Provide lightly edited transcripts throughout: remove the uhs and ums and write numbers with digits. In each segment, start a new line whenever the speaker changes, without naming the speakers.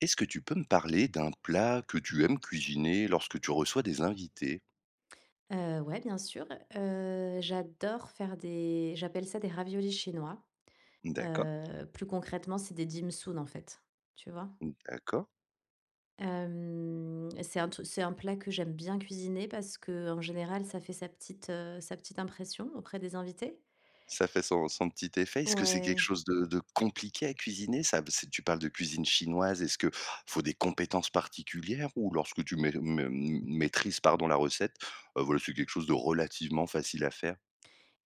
Est-ce que tu peux me parler d'un plat que tu aimes cuisiner lorsque tu reçois des invités?
Ouais, bien sûr. J'adore faire des j'appelle ça des raviolis chinois.
D'accord.
Plus concrètement, c'est des dim-sum, en fait, tu vois?
D'accord,
Hem, c'est un tru C'est un plat que j'aime bien cuisiner parce que en général, ça fait sa petite impression auprès des invités.
ça fait son petit effet. Est-ce que c'est quelque
Ouais.
chose de compliqué à cuisiner? Ça c'est, tu parles de cuisine chinoise, est-ce que faut des compétences particulières ou lorsque tu mai mai maîtrises, pardon, la recette, voilà, c'est quelque chose de relativement facile à faire?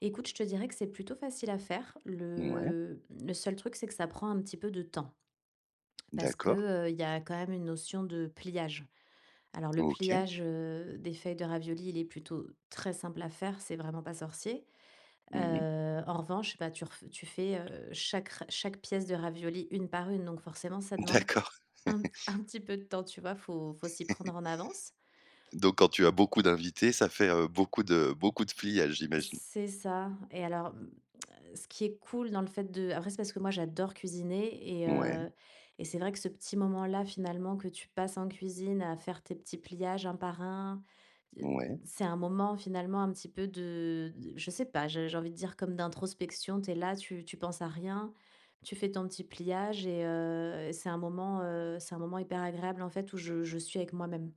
Écoute, je te dirais que c'est plutôt facile à faire.
Ouais,
Le seul truc, c'est que ça prend un petit peu de temps parce que,
d'accord,
il y a quand même une notion de pliage. Alors le
OK.
pliage, des feuilles de ravioli, il est plutôt très simple à faire, c'est vraiment pas sorcier.
Mmh.
En revanche, bah, tu fais, chaque pièce de ravioli une par une, donc forcément ça demande
D'accord.
un un petit peu de temps, tu vois? Faut s'y prendre en avance.
Donc quand tu as beaucoup d'invités, ça fait, beaucoup de pliage, j'imagine?
C'est ça. Et alors ce qui est cool dans le fait de après, c'est parce que moi, j'adore cuisiner
Ouais,
et c'est vrai que ce petit moment-là, finalement, que tu passes en cuisine à faire tes petits pliages un par un, hem,
ouais.
c'est un moment, finalement, un petit peu de je sais pas, j'ai envie de dire comme d'introspection. T'es là, tu penses à rien, tu fais ton petit pliage et c'est un moment hyper agréable, en fait, où je suis avec moi-même.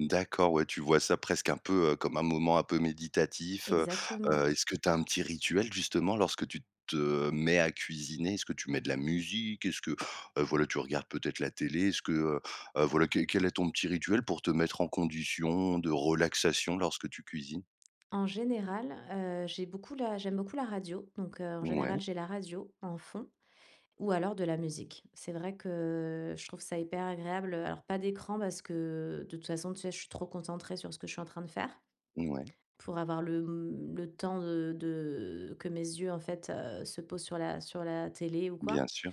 D'accord, ouais, tu vois ça presque un peu, comme un moment un peu méditatif. Heu
Exactement.
Est-ce que tu as un petit rituel justement lorsque tu te mets à cuisiner? Est-ce que tu mets de la musique? Est-ce que, voilà, tu regardes peut-être la télé? Voilà, quel est ton petit rituel pour te mettre en condition de relaxation lorsque tu cuisines?
En général, j'aime beaucoup la radio, donc en
Ouais,
général, j'ai la radio en fond. Ou alors de la musique. C'est vrai que je trouve ça hyper agréable. Alors pas d'écran parce que de toute façon, tu sais, je suis trop concentrée sur ce que je suis en train de faire
ouais,
pour avoir le temps que mes yeux en fait se posent sur sur la télé ou
bien
quoi.
sûr.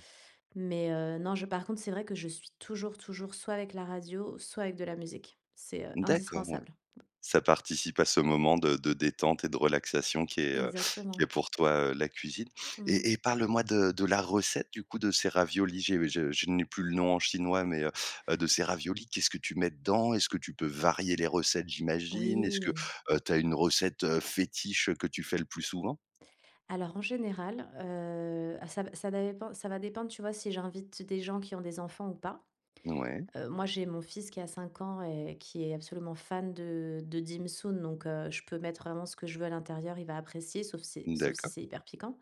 Mais non, je, par contre, c'est vrai que je suis toujours, toujours soit avec la radio, soit avec de la musique. C'est
D'accord, ouais.
indispensable.
Ça participe à ce moment de détente et de relaxation qui est
Exactement.
pour toi, la cuisine.
Mm.
Et parle-moi de la recette du coup de ces raviolis. J'ai je n'ai plus le nom en chinois, mais de ces raviolis, qu'est-ce que tu mets dedans? Est-ce que tu peux varier les recettes, j'imagine? Est-ce que,
Oui.
tu as une recette, fétiche que tu fais le plus souvent?
Alors en général, ah, ça va dépendre, tu vois, si j'invite des gens qui ont des enfants ou pas.
Ouais,
Moi, j'ai mon fils qui a 5 ans et qui est absolument fan de dim sum, donc je peux mettre vraiment ce que je veux à l'intérieur, il va apprécier, sauf si
d'accord,
c'est hyper piquant.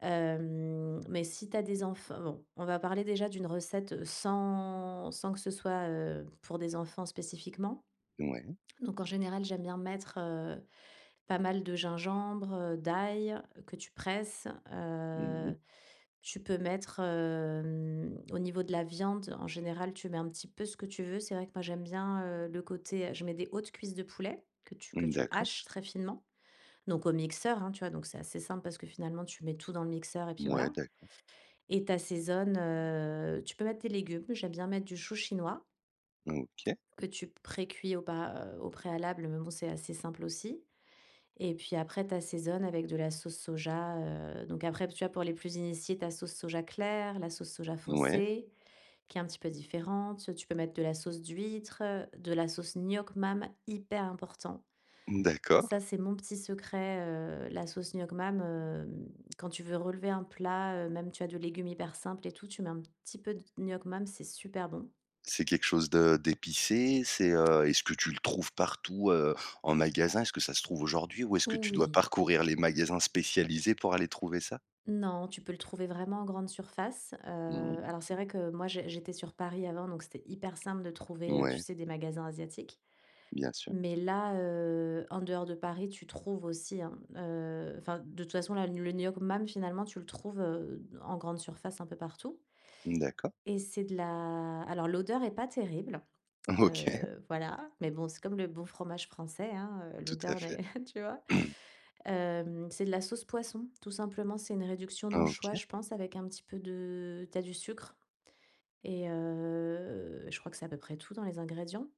Mais si tu as des enfants bon, on va parler déjà d'une recette, sans que ce soit, pour des enfants spécifiquement.
ouais.
Donc en général, j'aime bien mettre, pas mal de gingembre, d'ail, que tu presses,
Mmh.
tu peux mettre, au niveau de la viande, en général, tu mets un petit peu ce que tu veux. C'est vrai que moi, j'aime bien, le côté, je mets des hautes cuisses de poulet que tu
D'accord,
haches très finement, donc au mixeur, hein, tu vois? Donc c'est assez simple parce que finalement, tu mets tout dans le mixeur et puis
ouais,
voilà.
d'accord.
Et tu assaisonnes, tu peux mettre des légumes. J'aime bien mettre du chou chinois
OK,
que tu précuis au préalable, mais bon, c'est assez simple aussi. Et puis après, tu assaisonnes avec de la sauce soja. Donc après, tu vois, pour les plus initiés, ta sauce soja claire, la sauce soja
ouais,
foncée, qui est un petit peu différente. Tu peux mettre de la sauce d'huître, de la sauce gnoc mam, hyper important.
d'accord.
Ça, c'est mon petit secret, la sauce gnoc mam, quand tu veux relever un plat, même, tu as de légumes hyper simples et tout, tu mets un petit peu de gnoc mam, c'est super bon.
C'est quelque chose de d'épicé? C'est, est-ce que tu le trouves partout, en magasin? Est-ce que ça se trouve aujourd'hui ou est-ce que tu dois
Oui.
parcourir les magasins spécialisés pour aller trouver ça?
Non, tu peux le trouver vraiment en grande surface.
Mmh.
Alors c'est vrai que moi j'étais sur Paris avant, donc c'était hyper simple de trouver, tu
Ouais,
sais, des magasins asiatiques.
bien sûr.
Mais là, en dehors de Paris, tu trouves aussi, hein, enfin, de toute façon, là, le New York Mam, finalement, tu le trouves, en grande surface un peu partout
D'accord.
et c'est de la alors l'odeur est pas terrible.
OK,
Voilà, mais bon, c'est comme le bon fromage français, hein,
tout à
l'odeur des
fait.
tu vois? C'est de la sauce poisson, tout simplement. C'est une réduction d'anchois,
OK.
je pense, avec un petit peu de t'as du sucre et je crois que c'est à peu près tout dans les ingrédients.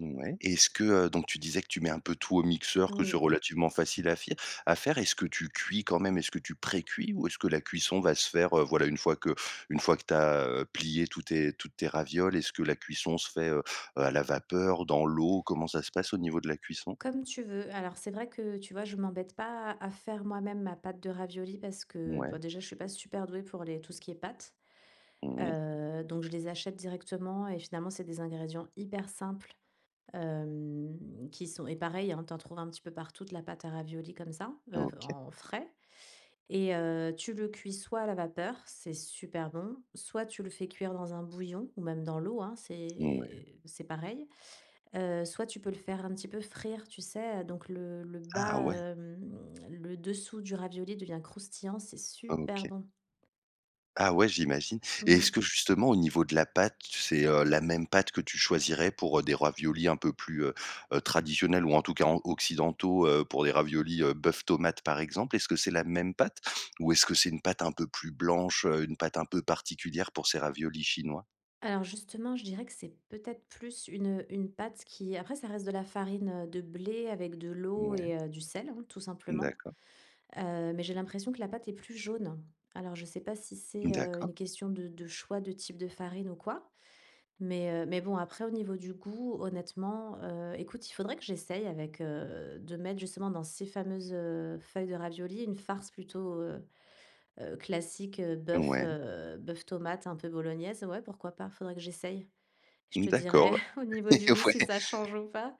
Ouais. Est-ce que, donc tu disais que tu mets un peu tout au mixeur, que c'est
Oui,
relativement facile à fire à faire. Est-ce que tu cuis quand même? Est-ce que tu pré-cuis ou est-ce que la cuisson va se faire, voilà, une fois que tu as plié tous tes toutes tes ravioles, est-ce que la cuisson se fait, à la vapeur, dans l'eau? Comment ça se passe au niveau de la cuisson?
comme tu veux. Alors c'est vrai que, tu vois, je m'embête pas à faire moi-même ma pâte de raviolis parce que,
Ouais.
bah, déjà, je suis pas super douée pour les tout ce qui est pâte,
Mmh.
donc je les achète directement et finalement, c'est des ingrédients hyper simples qui sont et pareil, hein, tu trouves un petit peu partout de la pâte à ravioli comme ça,
OK.
en frais et tu le cuis soit à la vapeur, c'est super bon, soit tu le fais cuire dans un bouillon ou même dans l'eau, hein,
Ouais.
c'est pareil. Soit tu peux le faire un petit peu frire, tu sais? Donc le
Ah
bas,
ouais!
le dessous du ravioli devient croustillant, c'est super
OK.
bon.
Ah ouais, j'imagine. Et est-ce
Mmh.
que justement au niveau de la pâte, c'est, la même pâte que tu choisirais pour, des raviolis un peu plus, traditionnels ou en tout cas en occidentaux, pour des raviolis, bœuf tomate par exemple? Est-ce que c'est la même pâte ou est-ce que c'est une pâte un peu plus blanche, une pâte un peu particulière pour ces raviolis chinois?
Alors justement, je dirais que c'est peut-être plus une pâte qui... Après, ça reste de la farine de blé avec de l'eau
Ouais,
et du sel, hein, tout simplement.
d'accord,
Mais j'ai l'impression que la pâte est plus jaune. Alors, je sais pas si c'est
d'accord,
une question de choix de type de farine ou quoi. Mais bon, après, au niveau du goût, honnêtement, écoute, il faudrait que j'essaye avec de mettre justement dans ces fameuses feuilles de ravioli une farce plutôt classique,
ouais,
bœuf tomate, un peu bolognaise. Ouais, pourquoi pas, faudrait que j'essaye. Je te dirais
d'accord.
au niveau du goût
Ouais.
si ça change ou pas?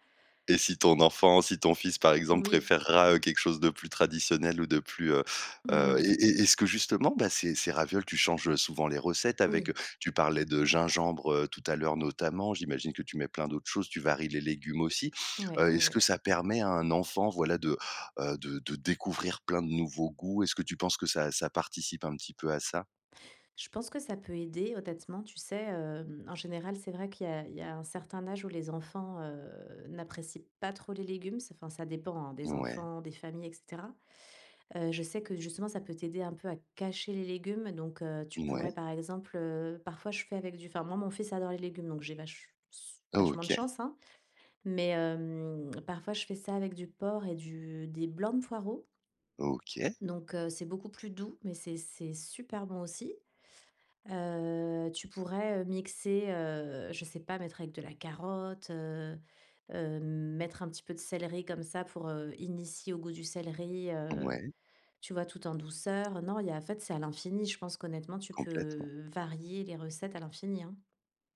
Et si ton enfant, si ton fils, par exemple,
Oui.
préférera, quelque chose de plus traditionnel ou de plus,
Mmh.
et est-ce que justement, bah, ces ravioles, tu changes souvent les recettes avec,
Oui.
tu parlais de gingembre, tout à l'heure notamment, j'imagine que tu mets plein d'autres choses, tu varies les légumes aussi.
Ouais, ouais,
Est-ce que
ouais.
ça permet à un enfant, voilà, de, de découvrir plein de nouveaux goûts? Est-ce que tu penses que ça participe un petit peu à ça?
Je pense que ça peut aider honnêtement, tu sais, en général, c'est vrai qu'il y a un certain âge où les enfants, n'apprécient pas trop les légumes. C'est Enfin, ça dépend, hein, des
Ouais,
enfants, des familles et cetera. Je sais que justement ça peut t'aider un peu à cacher les légumes donc tu
ouais,
pourrais par exemple, parfois je fais avec du enfin moi mon fils adore les légumes donc j'ai vachement de
OK,
chance, hein. Mais parfois je fais ça avec du porc et du des blancs de poireaux,
OK,
donc c'est beaucoup plus doux, mais c'est super bon aussi. Tu pourrais, mixer, je sais pas, mettre avec de la carotte, mettre un petit peu de céleri comme ça pour, initier au goût du céleri,
ouais,
tu vois, tout en douceur. Non, il y a en fait, c'est à l'infini. Je pense qu'honnêtement, tu
complètement.
peux varier les recettes à l'infini, hein.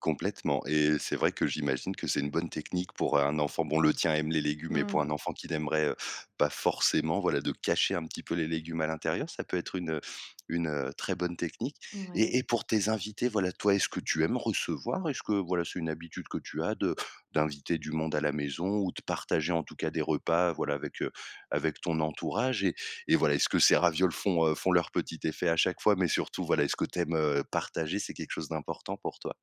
Complètement, et c'est vrai que j'imagine que c'est une bonne technique pour un enfant. Bon, le tien aime les légumes, mais
Mmh,
pour un enfant qui n'aimerait, pas forcément, voilà, de cacher un petit peu les légumes à l'intérieur, ça peut être une, une très bonne technique. Et
ouais.
pour tes invités, voilà, toi, est-ce que tu aimes recevoir? Est-ce que, voilà, c'est une habitude que tu as de d'inviter du monde à la maison ou de partager, en tout cas, des repas, voilà, avec, avec ton entourage? Et voilà, est-ce que ces ravioles font, font leur petit effet à chaque fois? Mais surtout, voilà, est-ce que t'aimes aimes, partager? C'est quelque chose d'important pour toi?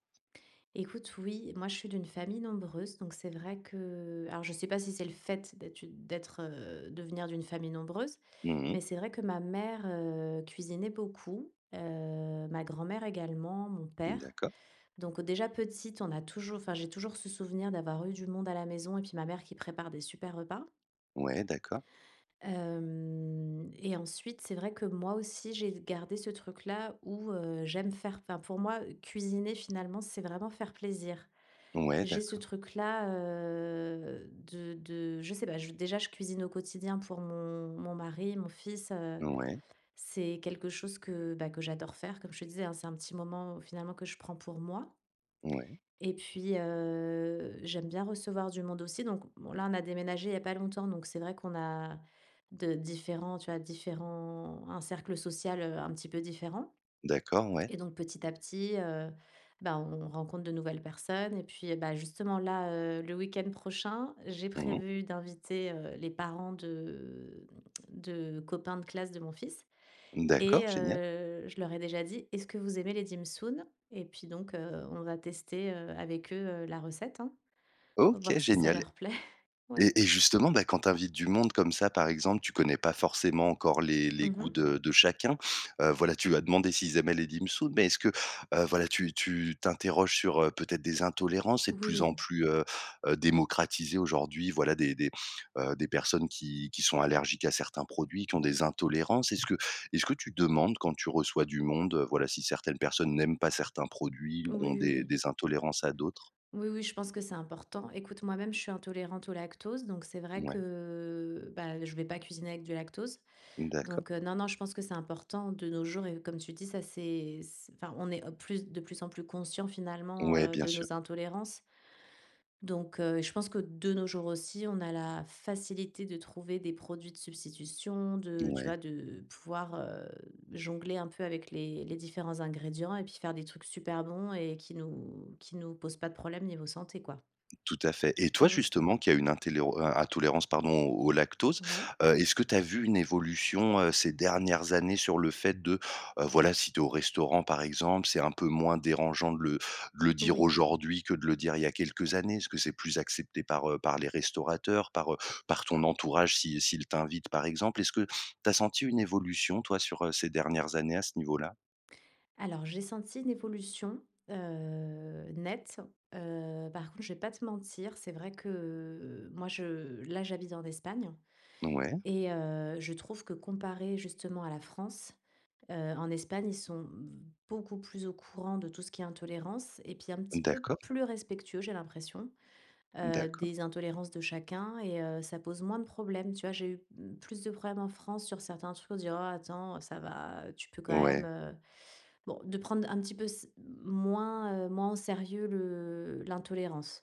Écoute, oui, moi je suis d'une famille nombreuse, donc c'est vrai que, alors je sais pas si c'est le fait d'être, de venir d'une famille nombreuse,
Mmh.
mais c'est vrai que ma mère cuisinait beaucoup, ma grand-mère également, mon père.
D'accord.
Donc déjà petite, enfin j'ai toujours ce souvenir d'avoir eu du monde à la maison et puis ma mère qui prépare des super repas.
Ouais, d'accord.
Et ensuite, c'est vrai que moi aussi j'ai gardé ce truc-là où enfin pour moi cuisiner finalement c'est vraiment faire plaisir.
Ouais,
J'ai ce
d'accord.
truc-là, de je sais pas, je déjà je cuisine au quotidien pour mon mari, mon fils,
Ouais,
c'est quelque chose que, bah, que j'adore faire comme je te disais, hein, c'est un petit moment finalement que je prends pour moi
ouais.
et puis, j'aime bien recevoir du monde aussi. Donc bon là, on a déménagé il y a pas longtemps donc c'est vrai qu'on a de différents tu vois, différents un cercle social, un petit peu différent.
D'accord, ouais.
Et donc petit à petit, bah, on rencontre de nouvelles personnes et puis, bah, justement là, le week-end prochain, j'ai
Mmh.
prévu d'inviter, les parents de copains de classe de mon fils
D'accord,
et
génial.
je leur ai déjà dit: «Est-ce que vous aimez les dim sum?» Et puis donc, on va tester, avec eux, la recette, hein,
OK,
voir si ça
génial.
leur plaît.
Et
Ouais.
justement, bah, quand tu invites du monde comme ça, par exemple, tu connais pas forcément encore les goûts
Mmh.
de chacun. Voilà, tu vas demander s'ils aimaient les dim sum, mais est-ce que, voilà, tu t'interroges sur, peut-être des intolérances et de plus en
Oui.
plus, démocratisées aujourd'hui, voilà, des des personnes qui sont allergiques à certains produits, qui ont des intolérances. Est-ce que tu demandes quand tu reçois du monde, voilà, si certaines personnes n'aiment pas certains produits ou
Oui,
ont
oui,
des
oui.
des intolérances à d'autres?
Oui, oui, je pense que c'est important. Écoute, moi-même, je suis intolérante au lactose, donc c'est vrai
Ouais,
que bah, je vais pas cuisiner avec du lactose.
d'accord.
Donc non, non, je pense que c'est important de nos jours. Et comme tu dis, enfin, on est plus de plus en plus conscient finalement
Ouais, bien
de
sûr.
nos intolérances. Je pense que de nos jours aussi, on a la facilité de trouver des produits de substitution, de, tu
Ouais.
vois, de pouvoir jongler un peu avec les différents ingrédients et puis faire des trucs super bons et qui nous posent pas de problème niveau santé, quoi.
Tout à fait. Et toi
Mmh.
justement qui a une intolérance, pardon, au lactose,
Ouais,
est-ce que tu as vu une évolution, ces dernières années sur le fait de, voilà si tu es au restaurant par exemple, c'est un peu moins dérangeant de le dire
oui.
aujourd'hui que de le dire il y a quelques années? Est-ce que c'est plus accepté par, par les restaurateurs, par, par ton entourage si s'ils t'invitent par exemple? Est-ce que tu as senti une évolution toi sur, ces dernières années à ce niveau-là?
Alors j'ai senti une évolution, nette. Par contre, je vais pas te mentir, c'est vrai que moi je là j'habite en Espagne
Ouais,
et je trouve que comparé justement à la France, en Espagne, ils sont beaucoup plus au courant de tout ce qui est intolérance et puis un petit peu
d'accord,
plus respectueux, j'ai l'impression.
d'accord.
Des intolérances de chacun et ça pose moins de problèmes, tu vois? J'ai eu, mmh, plus de problèmes en France sur certains trucs, dire: «Oh attends, ça va, tu peux quand même,»
Ouais,
bon, de prendre un petit peu s moins, moins au sérieux le l'intolérance.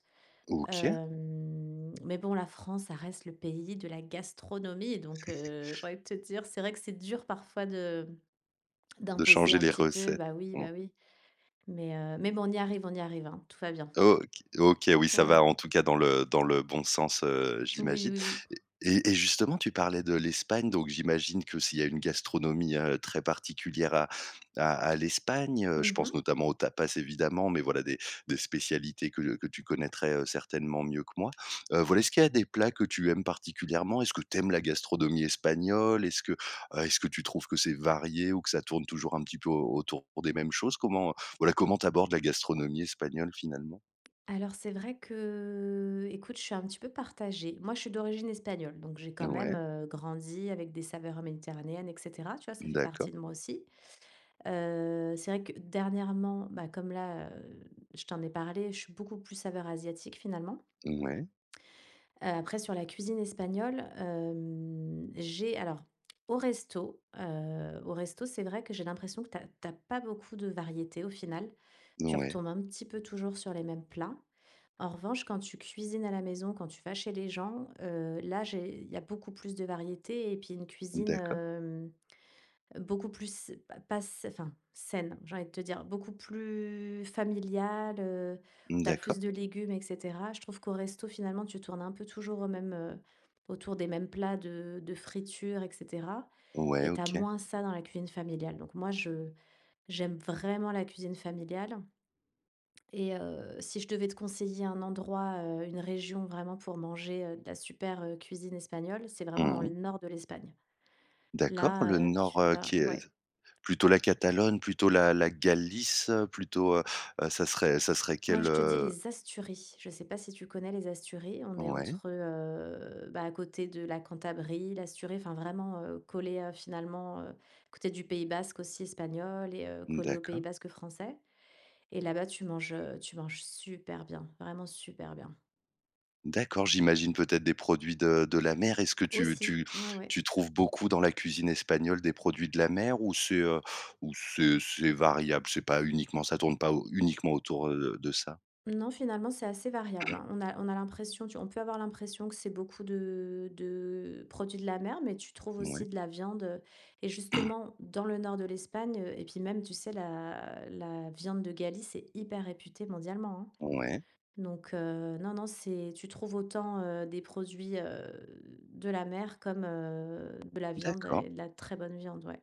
OK,
Mais bon, la France, ça reste le pays de la gastronomie donc j'ai envie de te dire, c'est vrai que c'est dur parfois de
de
d'imposer
changer
un
les
petit peu.
recettes. Ouais.
Bah oui, mais bon, on y arrive, hein, tout va bien.
OK. OK, oui, ça va
Ouais.
en tout cas dans le bon sens,
Oui,
j'imagine.
oui, oui.
Et justement, tu parlais de l'Espagne, donc j'imagine que s'il y a une gastronomie, très particulière à l'Espagne, je pense
Mmh.
notamment aux tapas évidemment, mais voilà des spécialités que tu connaîtrais, certainement mieux que moi. Voilà, est-ce qu'il y a des plats que tu aimes particulièrement? Est-ce que tu aimes la gastronomie espagnole? Est-ce que tu trouves que c'est varié ou que ça tourne toujours un petit peu au autour des mêmes choses? Comment, voilà, comment t'abordes la gastronomie espagnole finalement?
Alors c'est vrai que, écoute, je suis un petit peu partagée. Moi, je suis d'origine espagnole, donc j'ai quand même
Ouais,
grandi avec des saveurs méditerranéennes, etc. Tu vois, ça fait
d'accord,
partie de moi aussi. C'est vrai que dernièrement, bah, comme là, je t'en ai parlé, je suis beaucoup plus saveur asiatique finalement.
ouais,
Après, sur la cuisine espagnole, j'ai... Alors, au resto, c'est vrai que j'ai l'impression que t'as pas beaucoup de variété au final. Tu
ouais,
retombes un petit peu toujours sur les mêmes plats. En revanche, quand tu cuisines à la maison, quand tu vas chez les gens, là, j'ai il y a beaucoup plus de variété et puis une cuisine,
d'accord,
beaucoup plus pas pas s enfin, saine, j'ai envie de te dire, beaucoup plus familiale, où tu as plus
d'accord,
de légumes et cetera. Je trouve qu'au resto, finalement, tu tournes un peu toujours au même, autour des mêmes plats de friture et cetera
ouais,
et tu as
OK.
moins ça dans la cuisine familiale. Donc moi, je j'aime vraiment la cuisine familiale. Et si je devais te conseiller un endroit, une région vraiment pour manger, de la super, cuisine espagnole, c'est vraiment dans le
Mmh.
nord de l'Espagne.
D'accord, le
Là,
nord,
tu vas
qui est
ouais.
plutôt la Catalogne, plutôt la Galice, plutôt, ça serait
Moi,
quel,
je te dis les Asturies. Je ne sais pas si tu connais les Asturies? On est
ouais,
entre, bah, à côté de la Cantabrie, l'Asturie, enfin vraiment, collé, finalement, côté du Pays basque aussi espagnol et collé au Pays
d'accord,
basque français. Et là-bas, tu manges super bien, vraiment super bien.
d'accord, j'imagine peut-être des produits de la mer. Est-ce que
Aussi, ouais, ouais.
tu trouves beaucoup dans la cuisine espagnole des produits de la mer ou c'est, ou c'est variable? C'est pas uniquement, ça tourne pas au uniquement autour, de ça?
Non, finalement, c'est assez variable, hein. On a l'impression tu on peut avoir l'impression que c'est beaucoup de produits de la mer, mais tu trouves
Ouais,
aussi de la viande, et justement, dans le nord de l'Espagne, et puis même, tu sais, la viande de Galice est hyper réputée mondialement, hein.
ouais,
Donc non, non, c'est tu trouves autant, des produits, de la mer comme, de la viande
d'accord.
et de la très bonne viande, ouais.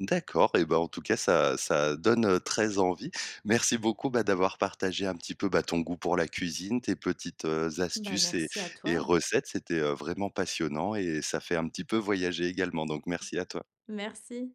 D'accord, et ben en tout cas ça donne, très envie. Merci beaucoup, bah, d'avoir partagé un petit peu, bah, ton goût pour la cuisine, tes petites,
Bah,
astuces et
merci à toi.
recettes. C'était, vraiment passionnant et ça fait un petit peu voyager également, donc merci à toi.
Merci.